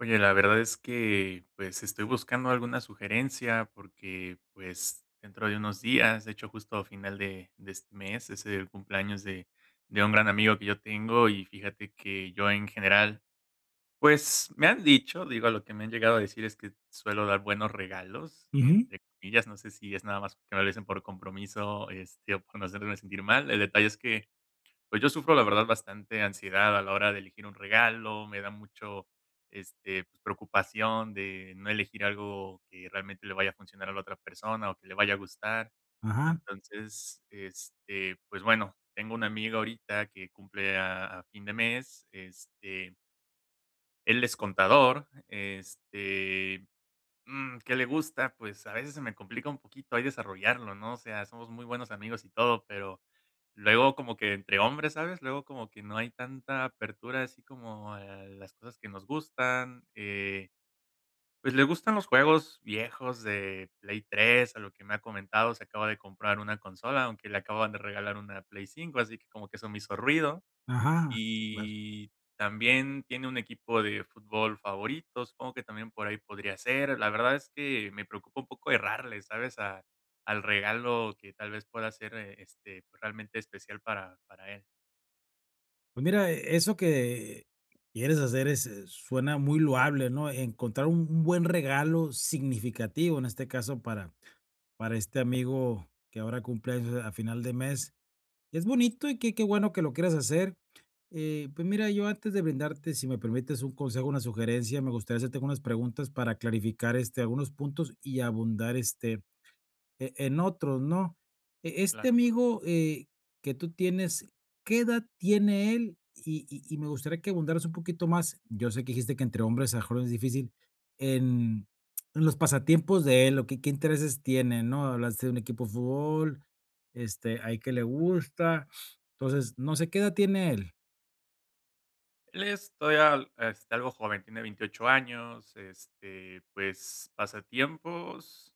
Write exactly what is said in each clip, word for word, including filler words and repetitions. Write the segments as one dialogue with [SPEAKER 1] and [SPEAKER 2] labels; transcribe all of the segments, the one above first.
[SPEAKER 1] Oye, la verdad es que, pues, estoy buscando alguna sugerencia porque, pues, dentro de unos días, de hecho, justo a final de de este mes, es el cumpleaños de de un gran amigo que yo tengo. Y fíjate que yo en general, pues, me han dicho, digo, a lo que me han llegado a decir es que suelo dar buenos regalos,
[SPEAKER 2] Ujú.
[SPEAKER 1] entre comillas. No sé si es nada más que me lo dicen por compromiso, este, o por no hacerme sentir mal. El detalle es que pues yo sufro, la verdad, bastante ansiedad a la hora de elegir un regalo. Me da mucho, este, pues, preocupación de no elegir algo que realmente le vaya a funcionar a la otra persona o que le vaya a gustar.
[SPEAKER 2] Ajá,
[SPEAKER 1] Entonces, este, pues bueno, tengo una amiga ahorita que cumple a a fin de mes. Este, él es contador. este, Mm, ¿qué le gusta? Pues, a veces se me complica un poquito ahí desarrollarlo, ¿no? O sea, somos muy buenos amigos y todo, pero luego como que entre hombres, ¿sabes? Luego como que no hay tanta apertura así como a las cosas que nos gustan. Eh, pues, le gustan los juegos viejos de Play tres a lo que me ha comentado. Se acaba de comprar una consola, aunque le acaban de regalar una Play cinco, así que como que eso me hizo ruido.
[SPEAKER 2] ajá. Claro.
[SPEAKER 1] Y también tiene un equipo de fútbol favorito, supongo que también por ahí podría ser. La verdad es que me preocupa un poco errarle, ¿sabes? A al regalo que tal vez pueda ser, eh, este, pues, realmente especial para para él.
[SPEAKER 2] Pues mira, e eso que quieres hacer es, eh, suena muy loable, ¿no? Encontrar un un buen regalo significativo, en este caso, para para este amigo que ahora cumple años a final de mes. Es bonito y qué qué bueno que lo quieras hacer. Eh, pues mira, yo antes de brindarte, si me permites un consejo, una sugerencia, me gustaría hacerte unas preguntas para clarificar, este, algunos puntos y abundar, este, e en otros, ¿no? E este
[SPEAKER 1] Claro.
[SPEAKER 2] amigo, eh, que tú tienes, ¿qué edad tiene él? Y y y me gustaría que abundaras un poquito más, yo sé que dijiste que entre hombres a jóvenes es difícil, en en los pasatiempos de él, o qué qué intereses tiene, ¿no? Hablaste de un equipo de fútbol, este, hay que le gusta. Entonces, no sé, ¿qué edad tiene él?
[SPEAKER 1] Él es todavía, este, algo joven, tiene veintiocho años. Este, pues, pasatiempos,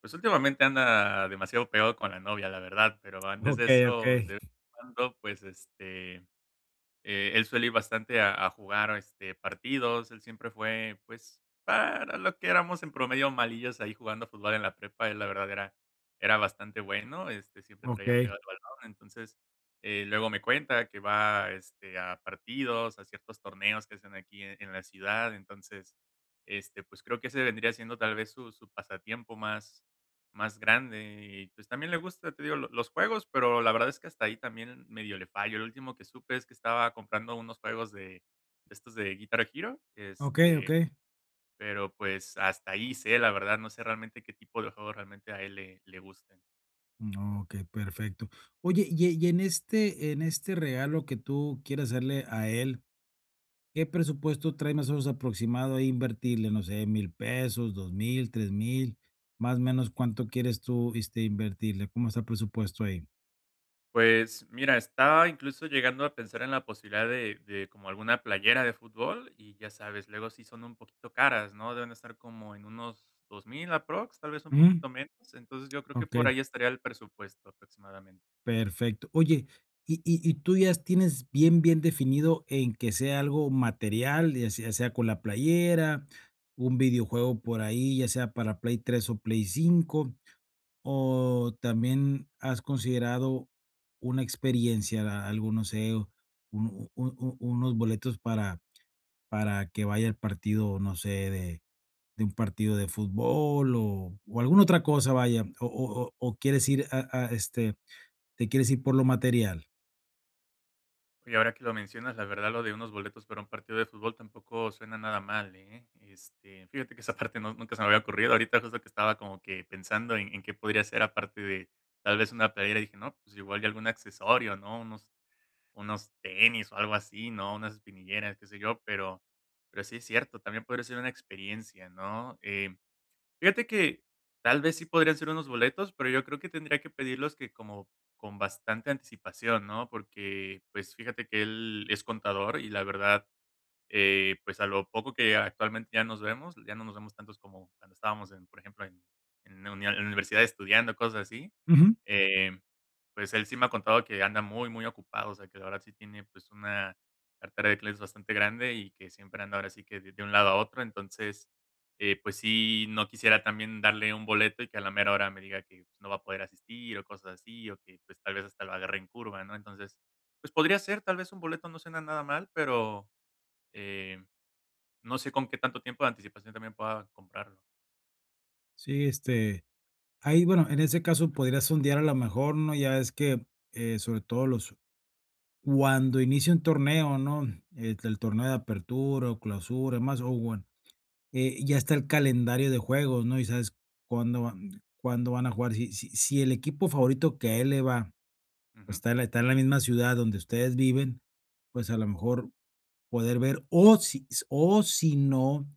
[SPEAKER 1] pues, últimamente anda demasiado pegado con la novia, la verdad, pero antes de
[SPEAKER 2] Okey, okey,
[SPEAKER 1] eso, de vez en cuando, pues, este. Eh, él suele ir bastante a a jugar, este, partidos. Él siempre fue, pues, para lo que éramos en promedio malillos ahí jugando fútbol en la prepa, él la verdad era era bastante bueno. Este, siempre traía
[SPEAKER 2] okey,
[SPEAKER 1] pegado al balón. Entonces, eh, luego me cuenta que va, este, a partidos, a ciertos torneos que hacen aquí en en la ciudad. Entonces, este, pues, creo que ese vendría siendo tal vez su su pasatiempo más más grande. Y, pues, también le gusta, te digo, lo los juegos, pero la verdad es que hasta ahí también medio le fallo. El último que supe es que estaba comprando unos juegos de de estos de Guitar Hero.
[SPEAKER 2] okey,
[SPEAKER 1] Este,
[SPEAKER 2] okey.
[SPEAKER 1] pero, pues, hasta ahí sé, la verdad. No sé realmente qué tipo de juegos realmente a él le le gusten.
[SPEAKER 2] Mm, okey, perfecto. Oye, y y en este en este regalo que tú quieres hacerle a él, ¿qué presupuesto trae más o menos aproximado ahí invertirle? No sé, mil pesos, dos mil, tres mil, más o menos cuánto quieres tú, este, invertirle, cómo está el presupuesto ahí.
[SPEAKER 1] Pues mira, estaba incluso llegando a pensar en la posibilidad de de como alguna playera de fútbol, y ya sabes, luego sí son un poquito caras, ¿no? Deben estar como en unos dos mil aprox, tal vez un
[SPEAKER 2] Ujú.
[SPEAKER 1] poquito menos. Entonces, yo creo que
[SPEAKER 2] Ok,
[SPEAKER 1] por ahí estaría el presupuesto aproximadamente.
[SPEAKER 2] perfecto. Oye, y, y, y tú ya tienes bien, bien definido en que sea algo material, ya sea, sea con la playera, un videojuego por ahí, ya sea para Play tres o Play cinco. ¿O también has considerado una experiencia, a algún, no sé, u u u unos boletos para para que vaya al partido, no sé, de de un partido de fútbol o o alguna otra cosa, vaya? ¿O o o o quieres ir a a, este, te quieres ir por lo material?
[SPEAKER 1] Y ahora que lo mencionas, la verdad, lo de unos boletos para un partido de fútbol tampoco suena nada mal, ¿eh? Este, fíjate que esa parte no nunca se me había ocurrido. Ahorita justo que estaba como que pensando en en qué podría ser, aparte de tal vez una playera, dije: "No, pues igual y algún accesorio, ¿no? Unos unos tenis o algo así, ¿no? Unas espinilleras, qué sé yo". pero, pero sí es cierto, también podría ser una experiencia, ¿no? Eh, fíjate que tal vez sí podrían ser unos boletos, pero yo creo que tendría que pedirlos que como con bastante anticipación, ¿no? Porque, pues fíjate que él es contador y la verdad, eh, pues a lo poco que actualmente ya nos vemos, ya no nos vemos tantos como cuando estábamos, en, por ejemplo, en, en la uni- en la universidad estudiando, cosas así.
[SPEAKER 2] Ujú.
[SPEAKER 1] eh, pues, él sí me ha contado que anda muy, muy ocupado, o sea, que la verdad sí tiene, pues, una cartera de clientes bastante grande y que siempre anda ahora sí que de de un lado a otro. Entonces, eh, pues sí, no quisiera también darle un boleto y que a la mera hora me diga que, pues, no va a poder asistir o cosas así, o que, pues, tal vez hasta lo agarre en curva, ¿no? Entonces, pues, podría ser, tal vez un boleto no suena nada mal, pero, eh, no sé con qué tanto tiempo de anticipación también pueda comprarlo.
[SPEAKER 2] Sí, este, ahí, bueno, en ese caso podrías sondear a lo mejor, ¿no? Ya es que, eh, sobre todo los cuando inicia un torneo, ¿no? El, el torneo de apertura o clausura, más, o bueno, eh, ya está el calendario de juegos, ¿no? Y sabes cuándo van, cuándo van a jugar. Si, si, si el equipo favorito que a él le va, pues
[SPEAKER 1] Ujú.
[SPEAKER 2] está en la, está en la misma ciudad donde ustedes viven, pues a lo mejor poder ver, o si o si no,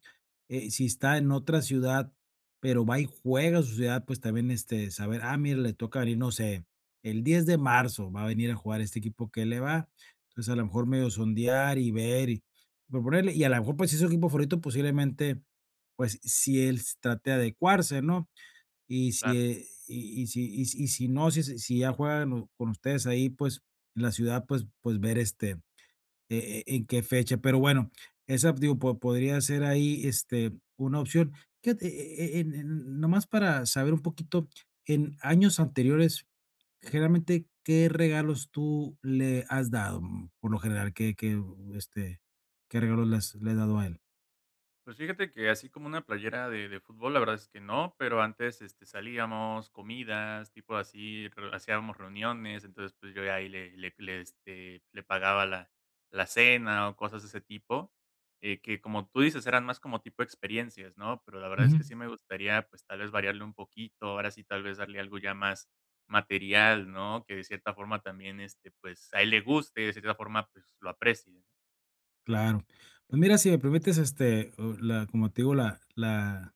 [SPEAKER 2] eh, si está en otra ciudad, pero va y juega a su ciudad, pues también, este, saber, ah, mira, le toca venir, no sé, el diez de marzo va a venir a jugar este equipo que le va. Entonces, a lo mejor medio sondear y ver y proponerle, y a lo mejor, pues, si es su equipo favorito, posiblemente, pues, si él s trate de adecuarse, ¿no? Y si,
[SPEAKER 1] Claro.
[SPEAKER 2] eh, y y si y si y si no, si si ya juegan o- con ustedes ahí, pues, en la ciudad, pues pues, ver, este, eh, eh, en qué fecha. Pero bueno, esa, digo, po- podría ser ahí, este, una opción. Fíjate, eh, eh, en- en- nomás para saber un poquito, en años anteriores, generalmente, ¿qué regalos tú le has dado? Mm, Por lo general, ¿qué, qué, mm, este, qué regalos le has, le has dado a él?
[SPEAKER 1] Pues fíjate que así como una playera de de fútbol, la verdad es que no, pero antes, este, salíamos, comidas, tipo así, re hacíamos reuniones. Entonces, pues, yo ahí le le le, este, le pagaba la la cena o cosas de ese tipo. Eh, que como tú dices, eran más como tipo experiencias, ¿no? Pero la verdad es
[SPEAKER 2] Ujú.
[SPEAKER 1] que sí me gustaría, pues, tal vez variarle un poquito, ahora sí, tal vez darle algo ya más material, ¿no? Que de cierta forma también, este, pues, a él le guste, de cierta forma, pues, lo aprecie, ¿no?
[SPEAKER 2] Claro. Pues mira, si me permites, este, o la, como te digo, la, la,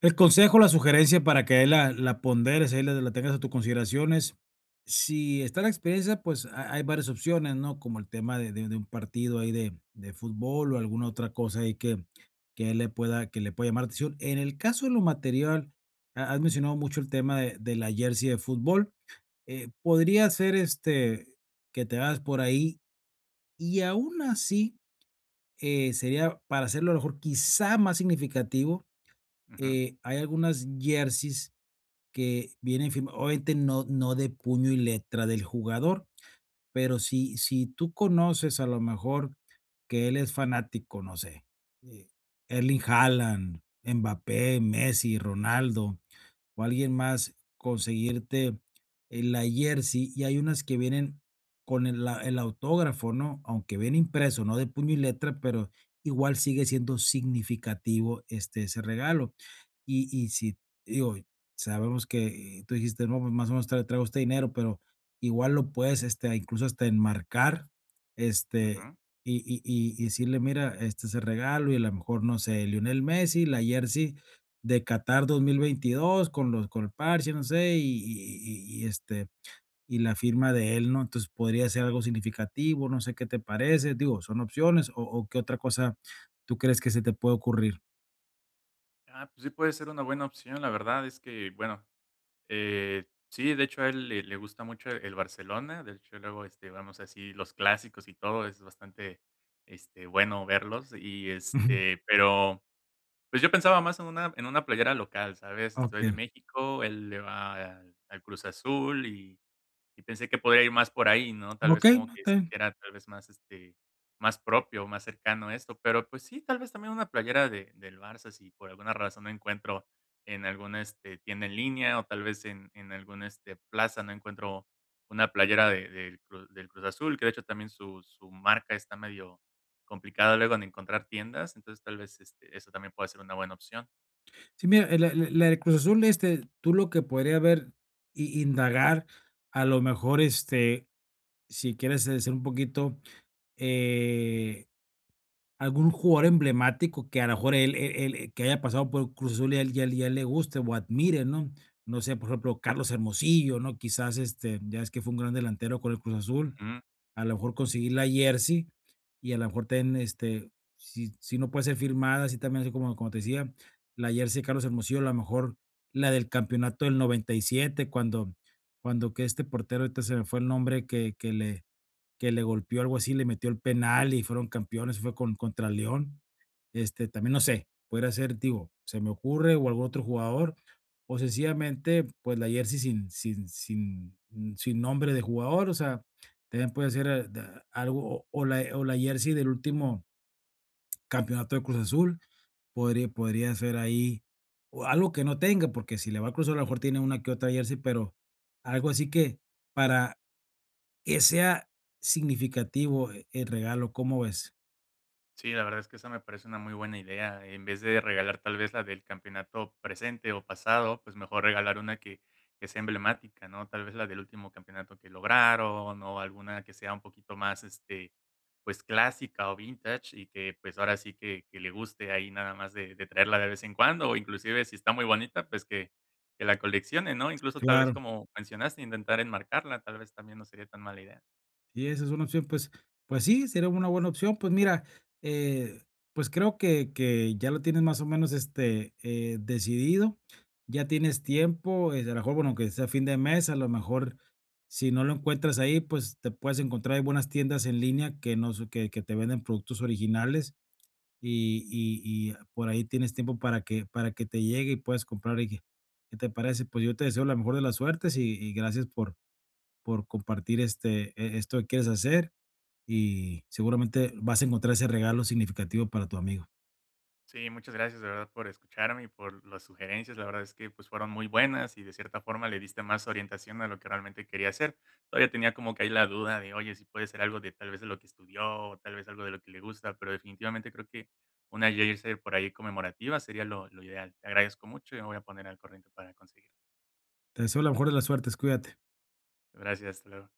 [SPEAKER 2] El consejo, la sugerencia para que ahí la la ponderes, ahí la la tengas a tus consideraciones. Si está la experiencia, pues, ha hay varias opciones, ¿no? Como el tema de de de un partido ahí de de fútbol o alguna otra cosa ahí que que le pueda que le pueda llamar la atención. En el caso de lo material, ha has mencionado mucho el tema de de la jersey de fútbol, eh, podría ser, este, que te vayas por ahí y aún así, eh, sería para hacerlo a lo mejor quizá más significativo,
[SPEAKER 1] Ujú,
[SPEAKER 2] eh, hay algunas jerseys que vienen firma, obviamente no no de puño y letra del jugador, pero si si tú conoces a lo mejor que él es fanático, no sé, eh, Erling Haaland, Mbappé, Messi, Ronaldo, o alguien más, conseguirte, eh, la jersey, y hay unas que vienen con el a el autógrafo, ¿no? Aunque viene impreso, no de puño y letra, pero igual sigue siendo significativo, este, ese regalo. Y y si, digo, sabemos que eh, tú dijiste: "No, pues, más o menos tra traigo este dinero", pero igual lo puedes, este, incluso hasta enmarcar, este,
[SPEAKER 1] ujú.
[SPEAKER 2] y y y y decirle: "Mira, este es el regalo", y a lo mejor, no sé, Lionel Messi, la jersey de Qatar dos mil veintidós con los con el parche, no sé, y y y y, este, y la firma de él, ¿no? Entonces, podría ser algo significativo, no sé qué te parece, digo, son opciones, o o, ¿qué otra cosa tú crees que se te puede ocurrir?
[SPEAKER 1] Ah, pues sí puede ser una buena opción. La verdad es que, bueno, eh, sí, de hecho a él le, le gusta mucho el, el Barcelona. De hecho luego este, vamos así los clásicos y todo, es bastante este, bueno verlos. Y
[SPEAKER 2] Ujú.
[SPEAKER 1] este, pero pues yo pensaba más en una, en una playera local, ¿sabes? Estoy de
[SPEAKER 2] Okey.
[SPEAKER 1] México, él le va al, al Cruz Azul, y y pensé que podría ir más por ahí, ¿no? Tal vez
[SPEAKER 2] Okey,
[SPEAKER 1] como
[SPEAKER 2] no,
[SPEAKER 1] que
[SPEAKER 2] está bien.
[SPEAKER 1] sintiera tal vez más, este, más propio, más cercano a esto. Pero, pues sí, tal vez también una playera de del Barça, si por alguna razón no encuentro en alguna, este, tienda en línea, o tal vez en en alguna, este, plaza no encuentro una playera de del Cru del Cruz Azul, que de hecho también su su marca está medio complicada luego en encontrar tiendas. Entonces tal vez, este, eso también puede ser una buena opción.
[SPEAKER 2] Sí, mira, eh, la la la del Cruz Azul, este, tú lo que podría ver, i indagar, a lo mejor, este, si quieres, eh, ser un poquito, eh algún jugador emblemático que a lo mejor él él él eh, que haya pasado por Cruz Azul y a él y él y él le guste o admire, ¿no? No sé, por ejemplo, Carlos Hermosillo, ¿no? Quizás, este, ya es que fue un gran delantero con el Cruz Azul,
[SPEAKER 1] Ujú.
[SPEAKER 2] a lo mejor conseguir la jersey y a lo mejor ten, este, si si no puede ser firmada, así también, así como como te decía, la jersey de Carlos Hermosillo, a lo mejor la del campeonato del noventa y siete cuando cuando que este portero, ahorita se me fue el nombre que que le que le golpeó algo así, le metió el penal y fueron campeones, fue con contra León. Este, también no sé, pudiera ser, digo, se me ocurre o algún otro jugador, o sencillamente, pues la jersey sin sin sin mm, sin nombre de jugador, o sea, también puede ser, eh, da algo, o o la o la jersey del último campeonato de Cruz Azul, podría podría ser ahí, o algo que no tenga, porque si le va al Cruz Azul, a lo mejor tiene una que otra jersey, pero algo así que para que sea significativo e el regalo, ¿cómo ves?
[SPEAKER 1] Sí, la verdad es que esa me parece una muy buena idea. En vez de regalar tal vez la del campeonato presente o pasado, pues mejor regalar una que, que sea emblemática, ¿no? Tal vez la del último campeonato que lograron o alguna que sea un poquito más, este, pues clásica o vintage y que pues ahora sí que, que le guste ahí nada más de, de traerla de vez en cuando, o inclusive si está muy bonita, pues que, que la coleccione, ¿no? Incluso tal vez
[SPEAKER 2] Claro,
[SPEAKER 1] como mencionaste, intentar enmarcarla, tal vez también no sería tan mala idea.
[SPEAKER 2] y esa es una opción, pues pues sí, sería una buena opción. Pues mira, eh, pues creo que que ya lo tienes más o menos, este, eh, decidido, ya tienes tiempo, eh, a lo mejor, bueno, que sea fin de mes, a lo mejor, si no lo encuentras ahí, pues te puedes encontrar, hay buenas tiendas en línea que no que que te venden productos originales. y y y por ahí tienes tiempo para que para que te llegue y puedas comprar. Y que, ¿qué te parece? Pues yo te deseo la mejor de las suertes y y gracias por por compartir, este, e esto que quieres hacer, y seguramente vas a encontrar ese regalo significativo para tu amigo.
[SPEAKER 1] Sí, muchas gracias de verdad por escucharme y por las sugerencias. La verdad es que pues fueron muy buenas y de cierta forma le diste más orientación a lo que realmente quería hacer. Todavía tenía como que ahí la duda de, oye, si puede ser algo de tal vez de lo que estudió o tal vez algo de lo que le gusta, pero definitivamente creo que una jersey por ahí conmemorativa sería lo, lo ideal. Te agradezco mucho y me voy a poner al corriente para conseguirlo.
[SPEAKER 2] Te deseo la mejor de las suertes, cuídate.
[SPEAKER 1] Gracias, hasta luego.